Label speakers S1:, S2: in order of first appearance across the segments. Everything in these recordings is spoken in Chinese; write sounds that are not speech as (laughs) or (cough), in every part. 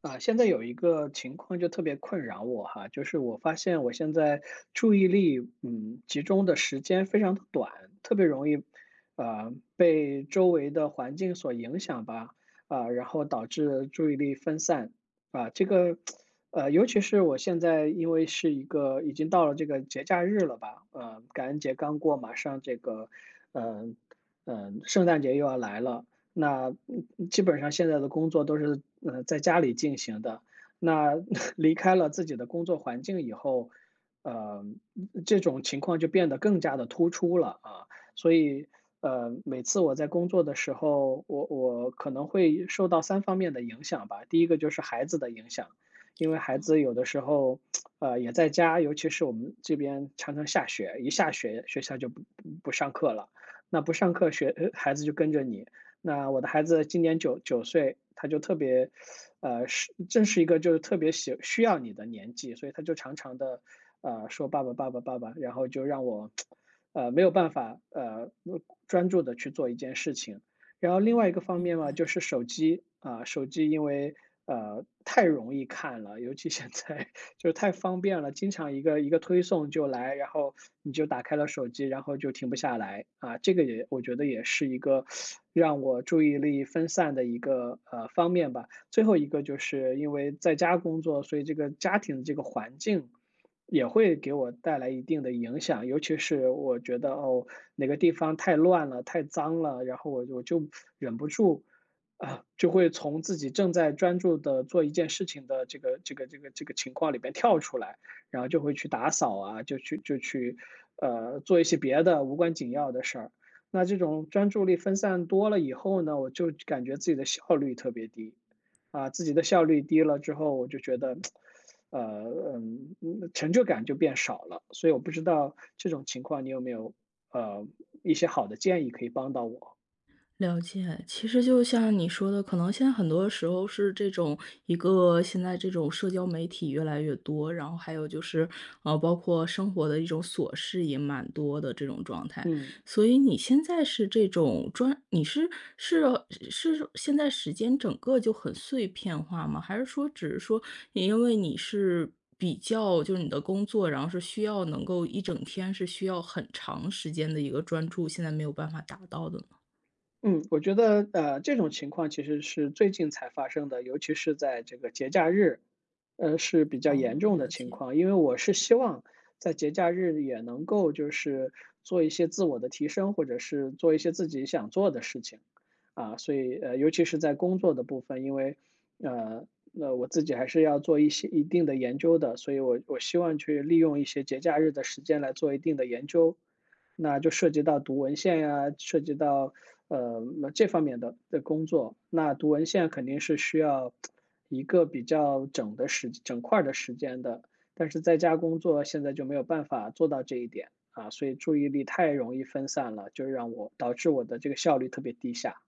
S1: 啊，现在有一个情况就特别困扰我哈，就是我发现我现在注意力，集中的时间非常的短，特别容易，被周围的环境所影响吧，啊，然后导致注意力分散，啊，这个，尤其是我现在因为是一个已经到了这个节假日了吧，感恩节刚过，马上这个，嗯、圣诞节又要来了。那基本上现在的工作都是在家里进行的。那 (laughs) 离开了自己的工作环境以后，呃，这种情况就变得更加的突出了啊。所以每次我在工作的时候，我可能会受到三方面的影响吧。第一个就是孩子的影响，因为孩
S2: 哦，
S1: 子有的时候也在家，尤其是我们这边常常下雪，一下雪学校就不上课了。那不上课学，孩子就跟着你，那我的孩子今年九岁，他就特别，是正是一个就是特别需要你的年纪，所以他就常常的，说爸爸爸爸爸爸，然后就让我，没有办法，专注的去做一件事情。然后
S2: 哦，
S1: 另外一个方
S2: 明
S1: 面嘛，就是手机因为太容易看了，尤其现在就是太方便了，经常一个一个推送就来，然后你就打开了手机，然后就停不下来啊。这个也我觉得也是一个让我注意力分散的一个方面吧。最后一个就是因为在家工作，所以这个家庭的这个环境，也会给我带来一定的影响。尤其是我觉得哦，哪个地方太乱了、太脏了，然后我就忍不住啊，就会从自己正在专注的做一件事情的这个情况里边跳出来，然后就会去打扫啊，就去，做一些别的无关紧要的事儿。那这种专注力分散多了以后呢，我就感觉自己的效率特别低，啊，自己的效率低了之后，我就觉得，呃，成就感就变少了。所以我不知道这种情况你有没有呃一些好的建议可以帮到我？
S2: 了解，其实就像你说的，可能现在很多时候是这种一个现在这种社交媒体越来越多，然后还有就是，包括生活的一种琐事也蛮多的这种状态。
S1: 嗯。
S2: 所以你现在是这种专，你是是是现在时间整个就很碎片化吗？还是说只是说因为你是比较就是你的工作，然后是需要能够一整天是需要很长时间的一个专注，现在没有办法达到的呢？
S1: 嗯，我觉得这种情况其实是最近才发生的，尤其是在这个节假日，是比较严
S2: 哦，
S1: 重的
S2: 了
S1: 情
S2: 解，
S1: 况。因为我是希望在节假日也能够就是做一些自我的提升，或者是做一些自己想做的事情，啊，所以尤其是在工作的部分，因为那我自己还是要做一些一定的研究的，所以我希望去利用一些节假日的时间来做一定的研究。那就涉及到读文献呀、啊涉及到呃这方面的工作。那读文献肯定是需要一个比较整块的时间的，但是在家工作现在就没有办法做到这一点啊，所以注意力太容易分散了，就让我导致我的这个效率特别低下。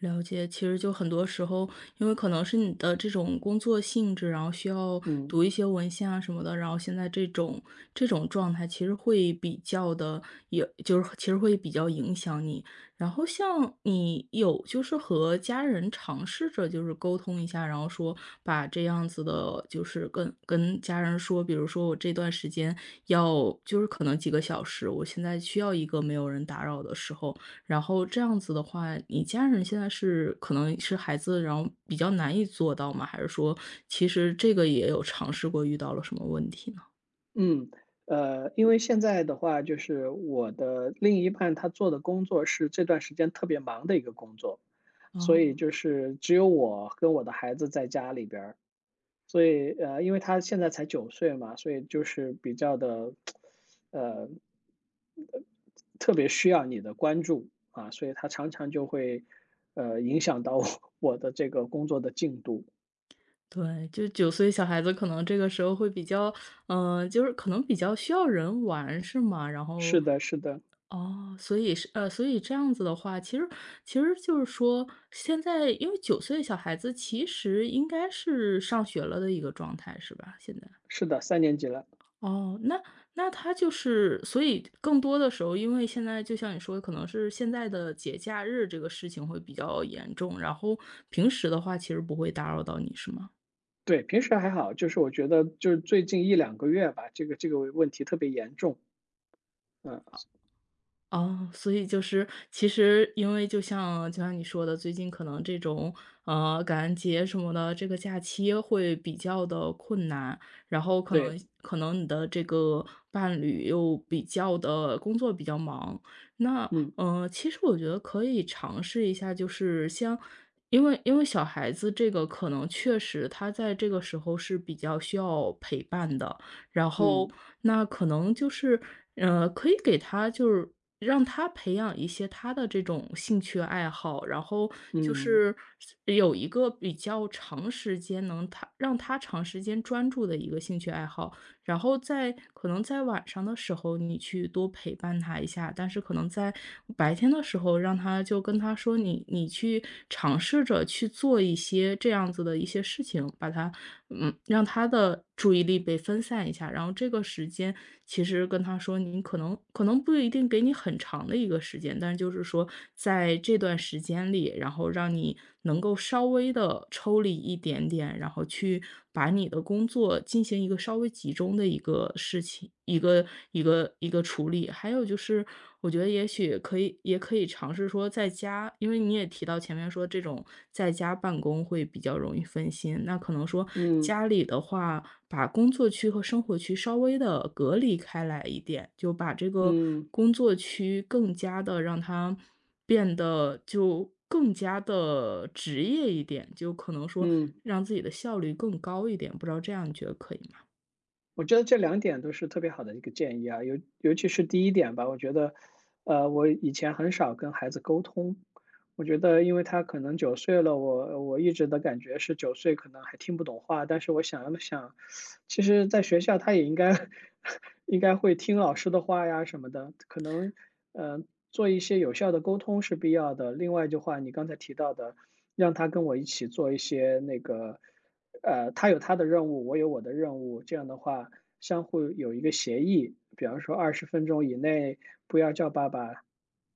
S2: 了解。其实就很多时候，因为可能是你的这种工作性质，然后需要
S1: 嗯。
S2: 读一些文献啊什么的，然后现在这种这种状态其实会比较的，也就是其实会比较影响你。然后像你有就是和家人尝试着就是沟通一下，然后说把这样子的，就是跟家人说，比如说我这段时间要就是可能几个小时，我现在需要一个没有人打扰的时候，然后这样子的话，你家人现在是可能是孩子，然后比较难以做到吗？还是说其实这个也有尝试过，遇到了什么问题呢？
S1: 嗯，因为现在的话，就是我的另一半他做的工作是这段时间特别忙的一个工作，所以
S2: 哦，
S1: 就是只有我跟我的孩子在家里边儿，所以因为他现在才九岁嘛，所以就是比较的，呃，特别需要你的关注啊，所以他常常就会影响到我 (laughs) 我的这个工作的进度。
S2: 对，就九岁小孩子可能这个时候会比较嗯，就是可能比较需要人玩是吗？然
S1: 是
S2: 后
S1: 的，是的，
S2: 哦，所以是所以这样子的话，其实就是说现在因为九岁小孩子其实应该是上学了的一个状态是吧？现在。
S1: 是的，三年级了。
S2: 哦，那他就是所以更多的时候，因为现在就像你说的，可能是现在的节假日这个事情会比较严重，然后平时的话其实不会打扰到你，是吗？
S1: 对，平时还好，就是我觉得就是最近一两个月吧，这个这个问题特别严重，嗯，
S2: 哦，所以就是其实因为就像你说的，最近可能这种，感恩节什么的，这个假期会比较的困难，然后可
S1: 对，
S2: 能可能你的这个伴侣又比较的工作比较忙。那，
S1: 嗯，
S2: 其实我觉得可以尝试一下，就是像因为小孩子这个可能确实他在这个时候是比较需要陪伴的，然后
S1: 嗯，
S2: 那可能就是，可以给他就是让他培养一些他的这种兴趣爱好，然后就
S1: 嗯，
S2: 是有一个比较长时间能他让他长时间专注的一个兴趣爱好。然后在可能在晚上的时候，你去多陪伴他一下，但是可能在白天的时候，让他就跟他说你去尝试着去做一些这样子的一些事情，把他嗯，让他的注意力被分散一下，然后这个时间其实跟他说，你可能不一定给你很长的一个时间，但是就是说在这段时间里，然后让你能够稍微的抽离一点点，然后去把你的工作进行一个稍微会集中的一个事情，一个处理。还有就是，我觉得也许可以，也可以尝试说在家，因为你也提到前面说这种在家办公会比较容易分心，那可能说
S1: 嗯，
S2: 家里的话，把工作区和生活区稍微的隔离开来一点，就把这个
S1: 嗯，嗯
S2: 工作区更加的让它变得就更加的职业一点，就可能说
S1: 嗯，
S2: 让自己的效率更高一点，不知道这样你觉得可以吗？
S1: 我觉得这两点都是特别好的一个建议啊，尤其是第一点吧，我觉得，我以前很少跟孩子沟通，我觉得因为他可能九岁了，我一直的感觉是九岁可能还听不懂话，但是我想了想，其实在学校他也应该 (laughs) 应该会听老师的话呀什么的，可能呃做一些有效的沟通是必要的。另外就话你刚才提到的，让他跟我一起做一些那个。他有他的任务，我有我的任务，这样的话相互有一个协议，比方说20分钟以内不要叫爸爸，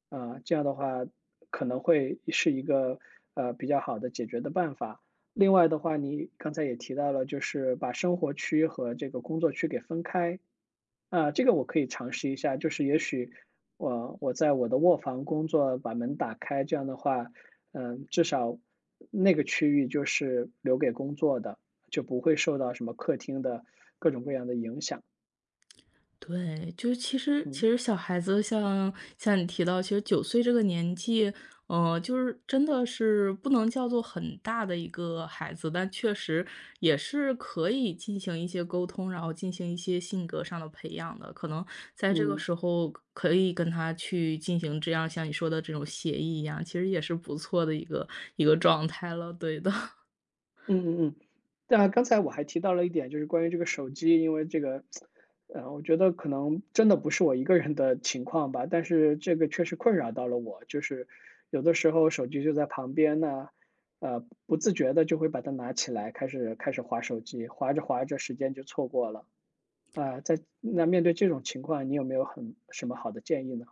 S1: 啊、这样的话可能会是一个比较好的解决的办法。另外的话，你刚才也提到了，就是把生活区和这个工作区给分开，啊，这个我可以尝试一下，就是也许我在我的卧房工作，把门打开，这样的话，嗯，至少那个区域就是留给工作的，就不会受到什么客厅的各种各样的影响。
S2: 对，就是其实
S1: 嗯
S2: 其实小孩子像像你提到，其实九岁这个年纪，就是真的是不能叫做很大的一个孩子，但确实也是可以进行一些沟通，然后进行一些性格上的培养的。可能在这个
S1: 嗯。
S2: 时候可以跟他去进行这样像你说的这种协议一样，其实也是不错的一个状态了，对的。
S1: 嗯嗯嗯，那刚才我还提到了一点，就是关于这个手机，因为这个，我觉得可能真的不是我一个人的情况吧，但是这个确实困扰到了我，就是有的时候手机就在旁边呢，不自觉的就会把它拿起来，开始划手机，划着划着时间就错过了啊，在那面对这种情况，你有没有很什么好的建议呢？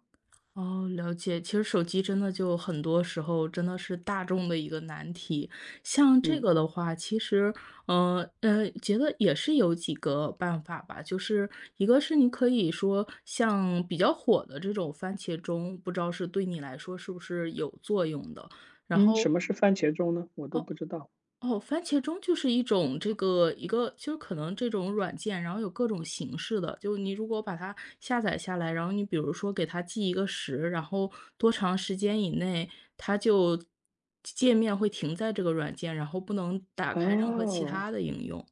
S2: 哦，了解。其实手机真的就很多时候真的是大众的一个难题。像这
S1: 嗯
S2: 个的话，其实，觉得也是有几个办法吧。就是一个是你可以说像比较火的这种番茄钟，不知道是对你来说是不是有作用的。然
S1: 嗯，什
S2: 后，
S1: 么是番茄钟呢？我都
S2: 哦，
S1: 不知道。
S2: 哦，番茄钟就是一种这个一个就是可能这种软件，然后有各种形式的。就你如果把它下载下来，然后你比如说给它记一个时，然后多长时间以内，它就界面会停在这个软件，然后不能打开任何其
S1: 哦
S2: 他的应用。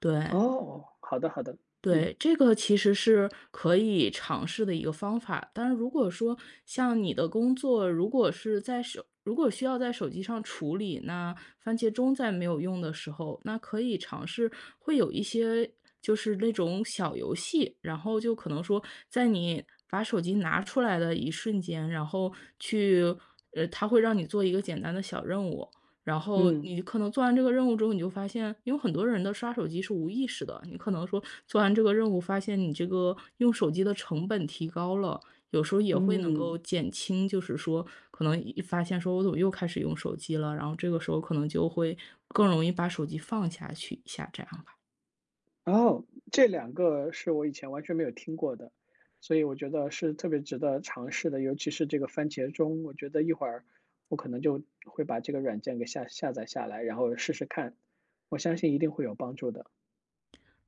S2: 对。
S1: 哦，好的好的，嗯
S2: 对，这个其实是可以尝试的一个方法。但是如果说像你的工作，如果是在手如果需要在手机上处理，那番茄钟在没有用的时候，那可以尝试会有一些就是那种小游戏，然后就可能说在你把手机拿出来的一瞬间，然后去它会让你做一个简单的小任务，然后
S1: 嗯。
S2: 你可能做完这个任务之后，你就发现，因为很多人的刷手机是无意识的，你可能说做完这个任务，发现你这个用手机的成本提高了，有时候也会能
S1: 嗯，
S2: 够减轻，就是说可能一发现说我怎么又开始用手机了，然后这个时候可能就会更容易把手机放下去一下，这样。
S1: 哦，这两个是我以前完全没有听过的，所以我觉得是特别值得尝试的，尤其是这个番茄钟，我觉得一会儿我可能就会把这个软件给下载下来，然后试试看，我相信一定会有帮助的。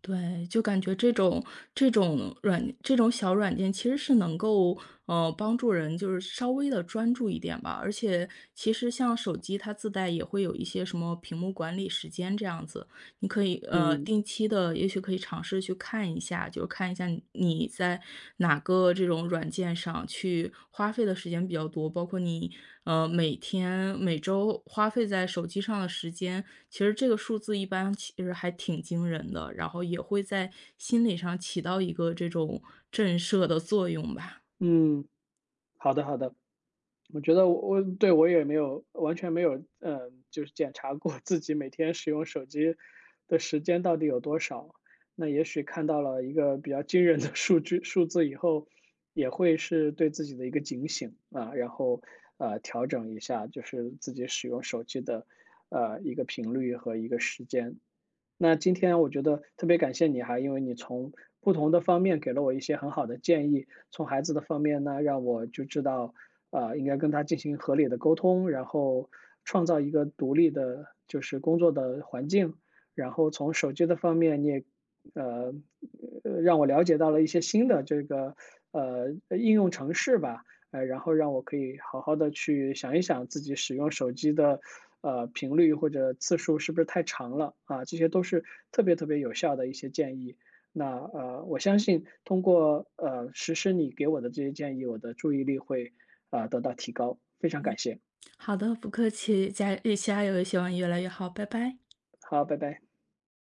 S2: 对，就感觉这种小软件其实是能够，帮助人就是稍微的专注一点吧。而且其实像手机它自带也会有一些什么屏幕管理时间这样子，你可以
S1: 嗯
S2: 定期的，也许可以尝试去看一下，就是看一下你在哪个这种软件上去花费的时间比较多，包括你每天每周花费在手机上的时间，其实这个数字一般其实还挺惊人的，然后也会在心理上起到一个这种震慑的作用吧。
S1: 嗯，好的好的，我觉得我对我也没有完全没有，就是检查过 (laughs) 自己每天使用手机的时间到底有多少。那也许看到了一个比较惊人的数据数字以后，也会是对自己的一个警醒啊，然后调整一下，就是自己使用手机的一个频率和一个时间。那今天我觉得特别感谢你哈，因为你从不同的方面给了我一些很好的建议。从孩子的方面呢，让我就知道，应该跟他进行合理的沟通，然后创造一个独立的，就是工作的环境。然后从手机的方面，你也，呃，让我了解到了一些新的这个，呃，应用程式吧。然后让我可以好好的去想一想自己使用手机的，频率或者次数是不是太长了，啊，这些都是特别特别有效的一些建议。那，我相信通过，实施你给我的这些建议，我的注意力会啊，得到提高，非常感谢，
S2: 好的，不客气，加油，希望你越来越好，拜拜。
S1: 好，拜拜。